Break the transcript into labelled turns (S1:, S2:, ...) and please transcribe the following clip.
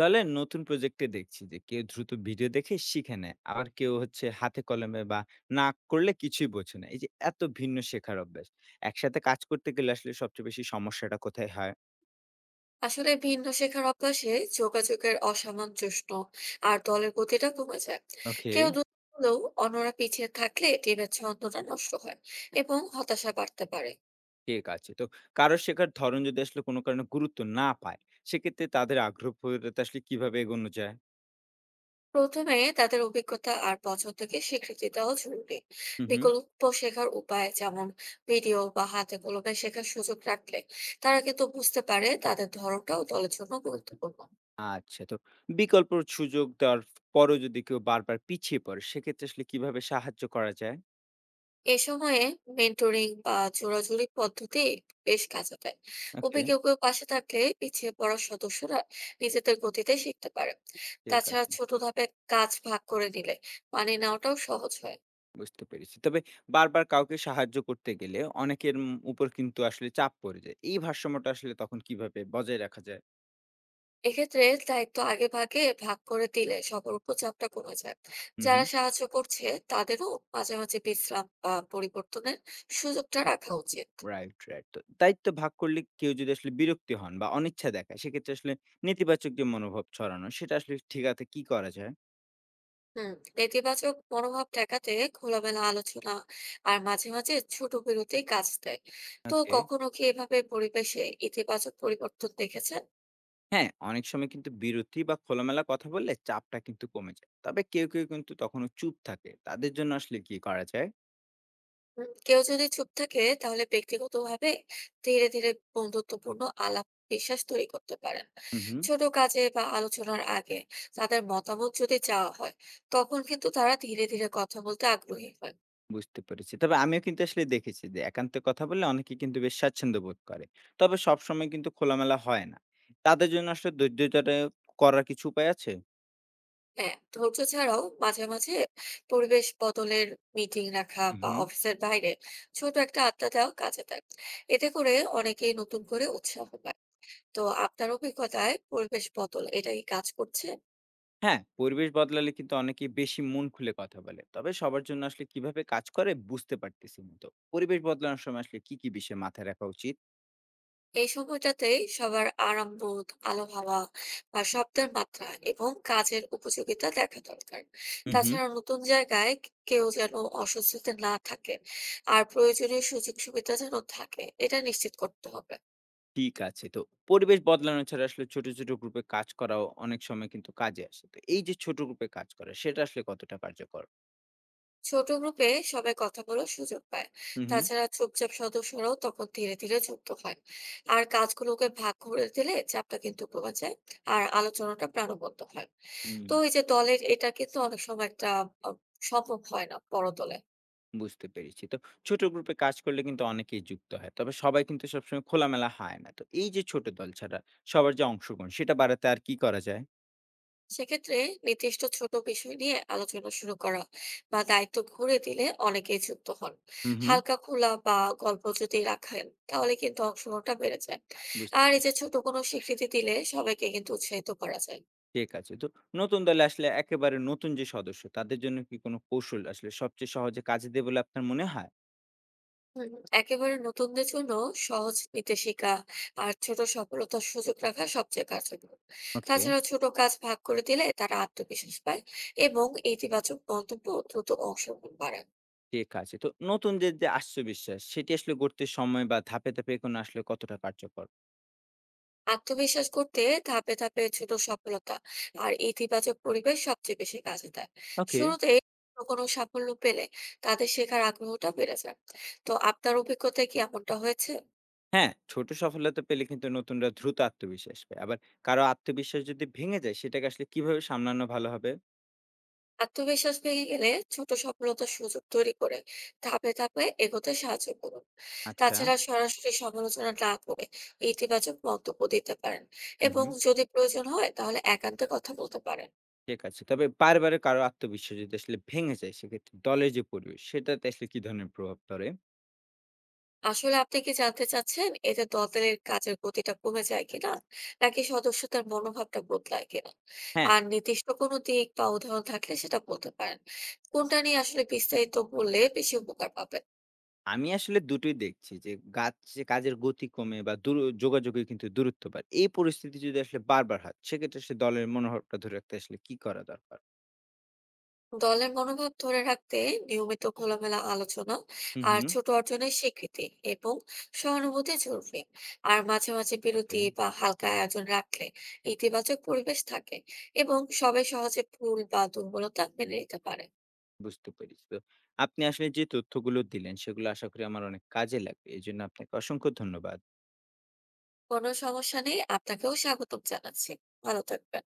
S1: দলের নতুন প্রজেক্টে দেখছি যে কেউ দ্রুত ভিডিও দেখে শিখে নেয়, আবার কেউ হচ্ছে হাতে কলমে বা না করলে কিছুই বোঝে না। এই যে এত ভিন্ন শেখার অভ্যাস একসাথে কাজ করতে গেলে আসলে সবচেয়ে বেশি সমস্যাটা কোথায় হয়?
S2: আসলে ভিন্ন শেখার অভ্যাসে যোগাযোগের অসামঞ্জস্য আর দলের গতিটা কমে যায়।
S1: ওকে,
S2: কেউ দ্রুত হলেও অন্যরা পিছিয়ে থাকলে টিমের ছন্দটা নষ্ট হয় এবং হতাশা বাড়তে পারে।
S1: ঠিক আছে। তো কারো শেখার ধরন যদি আসলে কোনো কারণে গুরুত্ব না পায়, সেক্ষেত্রে তাদের আগ্রহ ফেরাতে আসলে কিভাবে এগোনো যায়?
S2: প্রথমে তাদের অভিজ্ঞতা আর পছন্দকে স্বীকৃতি দেওয়া জরুরি।
S1: হুম, হুম।
S2: বিকল্প শেখার উপায় যেমন ভিডিও বা হাতে কলমে শেখার সুযোগ রাখলে তারা কিন্তু বুঝতে পারে তাদের ধরনটাও দলের জন্য গুরুত্বপূর্ণ।
S1: আচ্ছা, তো বিকল্প সুযোগ দেওয়ার পরও যদি কেউ বারবার পিছিয়ে পড়ে, সেক্ষেত্রে আসলে কিভাবে সাহায্য করা যায়?
S2: এ সময়ে মেন্টরিং বা জোরাজুরি পদ্ধতি বেশ কাজে দেয়। তবে
S1: ওকে,
S2: কেউ কেউ পাশে থাকলে পিছিয়ে পড়া সদস্যরা নিজেদের গতিতে শিখতে পারে।
S1: ঠিক
S2: তাছাড়া
S1: আছে।
S2: ছোট ধাপে কাজ ভাগ করে নিলে মানিয়ে নেওয়াটাও সহজ হয়।
S1: বুঝতে পেরেছি। তবে বারবার কাউকে সাহায্য করতে গেলে অনেকের উপর কিন্তু আসলে চাপ পড়ে যায়। এই ভারসাম্যটা আসলে তখন কিভাবে বজায় রাখা যায়?
S2: এক্ষেত্রে দায়িত্ব আগে ভাগে ভাগ করে দিলে সবার উপর চাপটা কমে যায়।
S1: হুম,
S2: যারা
S1: হুম।
S2: সাহায্য করছে তাদেরও মাঝে মাঝে বিশ্রাম বা পরিবর্তনের সুযোগটা রাখা উচিত।
S1: Right, right. তো দায়িত্ব ভাগ করলে কেউ যদি আসলে বিরক্তি হন বা অনিচ্ছা দেখায়, সেক্ষেত্রে আসলে নেতিবাচক যে মনোভাব ছড়ানো, সেটা আসলে ঠেকাতে কি করা যায়?
S2: হুম নেতিবাচক মনোভাব ঠেকাতে খোলামেলা আলোচনা আর মাঝে মাঝে ছোট বিরতি কাজ দেয়। তো
S1: ওকে।
S2: কখনো কি এভাবে পরিবেশে ইতিবাচক পরিবর্তন দেখেছেন?
S1: হ্যাঁ, অনেক সময় কিন্তু বিরতি বা খোলামেলা কথা বললে চাপটা কিন্তু কমে যায়। তবে কেউ কিন্তু তখনও চুপ থাকে। তাদের জন্য আসলে কি করা যায়?
S2: কেউ যদি চুপ থাকে তাহলে ব্যক্তিগতভাবে ধীরে ধীরে বন্ধুত্বপূর্ণ আলাপ বিশ্বাস তৈরি করতে পারেন।
S1: হুম, হুম।
S2: ছোট কাজে বা আলোচনার আগে তাদের মতামত যদি চাওয়া হয় তখন কিন্তু তারা ধীরে ধীরে কথা বলতে আগ্রহী হয়।
S1: বুঝতে পেরেছি। তবে আমিও কিন্তু আসলে দেখেছি যে একান্তে কথা বললে অনেকে কিন্তু বেশ স্বাচ্ছন্দ্য বোধ করে। তবে সবসময় কিন্তু খোলামেলা হয় না। তাদের জন্য আসলে ধৈর্যটা করার কিছু উপায় আছে?
S2: হ্যাঁ, ধৈর্য ছাড়াও মাঝে মাঝে পরিবেশ বদলের মিটিং রাখা
S1: হু,
S2: বা
S1: হুম।
S2: অফিসের বাইরে ছোট একটা আড্ডা দেওয়া কাজে দেয়। এতে করে অনেকেই নতুন করে উৎসাহ পায়। তো আপনার অভিজ্ঞতায় পরিবেশ বদল এটা কি কাজ করছে?
S1: হ্যাঁ, পরিবেশ বদলালে কিন্তু অনেকেই বেশি মন খুলে কথা বলে। তবে সবার জন্য আসলে কিভাবে কাজ করে বুঝতে পারতেছি না তো। পরিবেশ বদলানোর সময় আসলে কি বিষয় মাথায় রাখা উচিত?
S2: এই সময়টাতেই সবার আরাম বোধ, আলো হাওয়া বা শব্দের মাত্রা এবং কাজের উপযোগিতা দেখা দরকার।
S1: হু, হুম।
S2: তাছাড়া নতুন জায়গায় কেউ যেন অস্বস্তিতে না থাকে আর প্রয়োজনীয় সুযোগ সুবিধা যেন থাকে এটা নিশ্চিত করতে হবে।
S1: ঠিক আছে। তো পরিবেশ বদলানো ছাড়া আসলে ছোট, ছোট গ্রুপে কাজ করাও অনেক সময় কিন্তু কাজে আসে। তো এই যে ছোট গ্রুপে কাজ করা সেটা আসলে কতটা কার্যকর?
S2: ছোট গ্রুপে সবাই কথা বলার সুযোগ পায়।
S1: হু, হুম।
S2: তাছাড়া চুপচাপ সদস্যরাও তখন ধীরে ধীরে যুক্ত হয়। আর কাজগুলোকে ভাগ করে দিলে চাপটা কিন্তু কমে যায় আর আলোচনাটা প্রাণবন্ত হয়।
S1: হুম।
S2: তো এই যে দলের এটা কিন্তু অনেক সময় একটা আহ, সম্ভব হয় না বড় দলে।
S1: বুঝতে পেরেছি। তো ছোট গ্রুপে কাজ করলে কিন্তু অনেকেই যুক্ত হয়। তবে সবাই কিন্তু সবসময় খোলামেলা হয় না। তো এই যে ছোট দল ছাড়া সবার যে অংশগ্রহণ সেটা বাড়াতে আর কি করা যায়?
S2: সেক্ষেত্রে নির্দিষ্ট ছোট বিষয় নিয়ে আলোচনা শুরু করা বা দায়িত্ব ঘুরে দিলে অনেকেই যুক্ত হন।
S1: হুম, হুম।
S2: হালকা খোলা বা গল্প যদি রাখেন তাহলে কিন্তু অংশগ্রহণটা বেড়ে যায়।
S1: বুঝতে
S2: আর এই যে
S1: পেরেছি।
S2: ছোট কোনো স্বীকৃতি দিলে সবাইকে কিন্তু উৎসাহিত করা যায়।
S1: ঠিক আছে। তো নতুন দলে আসলে একেবারে নতুন যে সদস্য তাদের জন্য কি কোনো কৌশল আসলে সবচেয়ে সহজে কাজে দেবে বলে আপনার মনে হয়?
S2: হুম, একেবারে নতুনদের জন্য সহজ নির্দেশিকা আর ছোট সফলতার সুযোগ রাখা সবচেয়ে কার্যকর।
S1: ওকে।
S2: তাছাড়া ছোট কাজ ভাগ করে দিলে তারা আত্মবিশ্বাস পায় এবং ইতিবাচক মন্তব্য ও দ্রুত অংশগ্রহণ বাড়ায়।
S1: ঠিক আছে। তো নতুনদের যে আত্মবিশ্বাস সেটি আসলে গড়তে সময় বা ধাপে এগোনো আসলে কতটা কার্যকর?
S2: আত্মবিশ্বাস করতে ধাপে ধাপে ছোট সফলতা আর ইতিবাচক পরিবেশ সবচেয়ে বেশি কাজে দেয়।
S1: ওকে।
S2: শুরুতে কোনো সাফল্য পেলে তাদের শেখার আগ্রহটা বেড়ে যায়। তো আপনার অভিজ্ঞতায় কি এমনটা হয়েছে?
S1: হ্যাঁ, ছোট সফলতা পেলে কিন্তু নতুনরা দ্রুত আত্মবিশ্বাস পায়। আবার কারো আত্মবিশ্বাস যদি ভেঙে যায় সেটাকে আসলে কিভাবে সামলানো ভালো হবে?
S2: আত্মবিশ্বাস ভেঙে গেলে ছোট সফলতার সুযোগ তৈরি করে ধাপে ধাপে এগোতে সাহায্য করুন।
S1: আচ্ছা,
S2: তাছাড়া সরাসরি সমালোচনা না করে ইতিবাচক মন্তব্য দিতে পারেন
S1: হুম,
S2: এবং
S1: হুম,
S2: যদি প্রয়োজন হয় তাহলে একান্তে কথা বলতে পারেন।
S1: ঠিক আছে। তবে বারবার কারো আত্মবিশ্বাস যদি আসলে ভেঙে যায় সেক্ষেত্রে দলের যে পরিবেশ সেটাতে আসলে কি ধরনের প্রভাব পড়ে?
S2: আসলে আপনি কি জানতে চাচ্ছেন এতে দলের কাজের গতিটা কমে যায় কিনা নাকি সদস্যদের মনোভাবটা বদলায় কিনা?
S1: হ্যাঁ,
S2: আর নির্দিষ্ট কোনো দিক বা উদাহরণ থাকলে সেটা বলতে পারেন। কোনটা নিয়ে আসলে বিস্তারিত বললে বেশি উপকার পাবেন।
S1: আমি আসলে দুটোই দেখছি যে গাছ যে কাজের গতি কমে বা দূর যোগাযোগে কিন্তু দূরত্ব বাড়ে। এই পরিস্থিতি যদি আসলে বারবার হয় সেক্ষেত্রে সে দলের মনোভাবটা ধরে রাখতে আসলে কি করা দরকার?
S2: দলের মনোভাব ধরে রাখতে নিয়মিত খোলামেলা আলোচনা
S1: হুম,
S2: আর
S1: হুম,
S2: ছোট অর্জনের স্বীকৃতি এবং সহানুভূতি জরুরি। আর মাঝে মাঝে
S1: ওকে।
S2: বিরতি বা হালকা আয়োজন রাখলে ইতিবাচক পরিবেশ থাকে এবং সবাই সহজে ভুল বা দুর্বলতা মেনে নিতে পারে।
S1: বুঝতে পেরেছি। তো আপনি আসলে যে তথ্যগুলো দিলেন সেগুলো আশা করি আমার অনেক কাজে লাগবে। এজন্য আপনাকে অসংখ্য ধন্যবাদ।
S2: কোনো সমস্যা নেই, আপনাকেও স্বাগতম জানাচ্ছি। ভালো থাকবেন।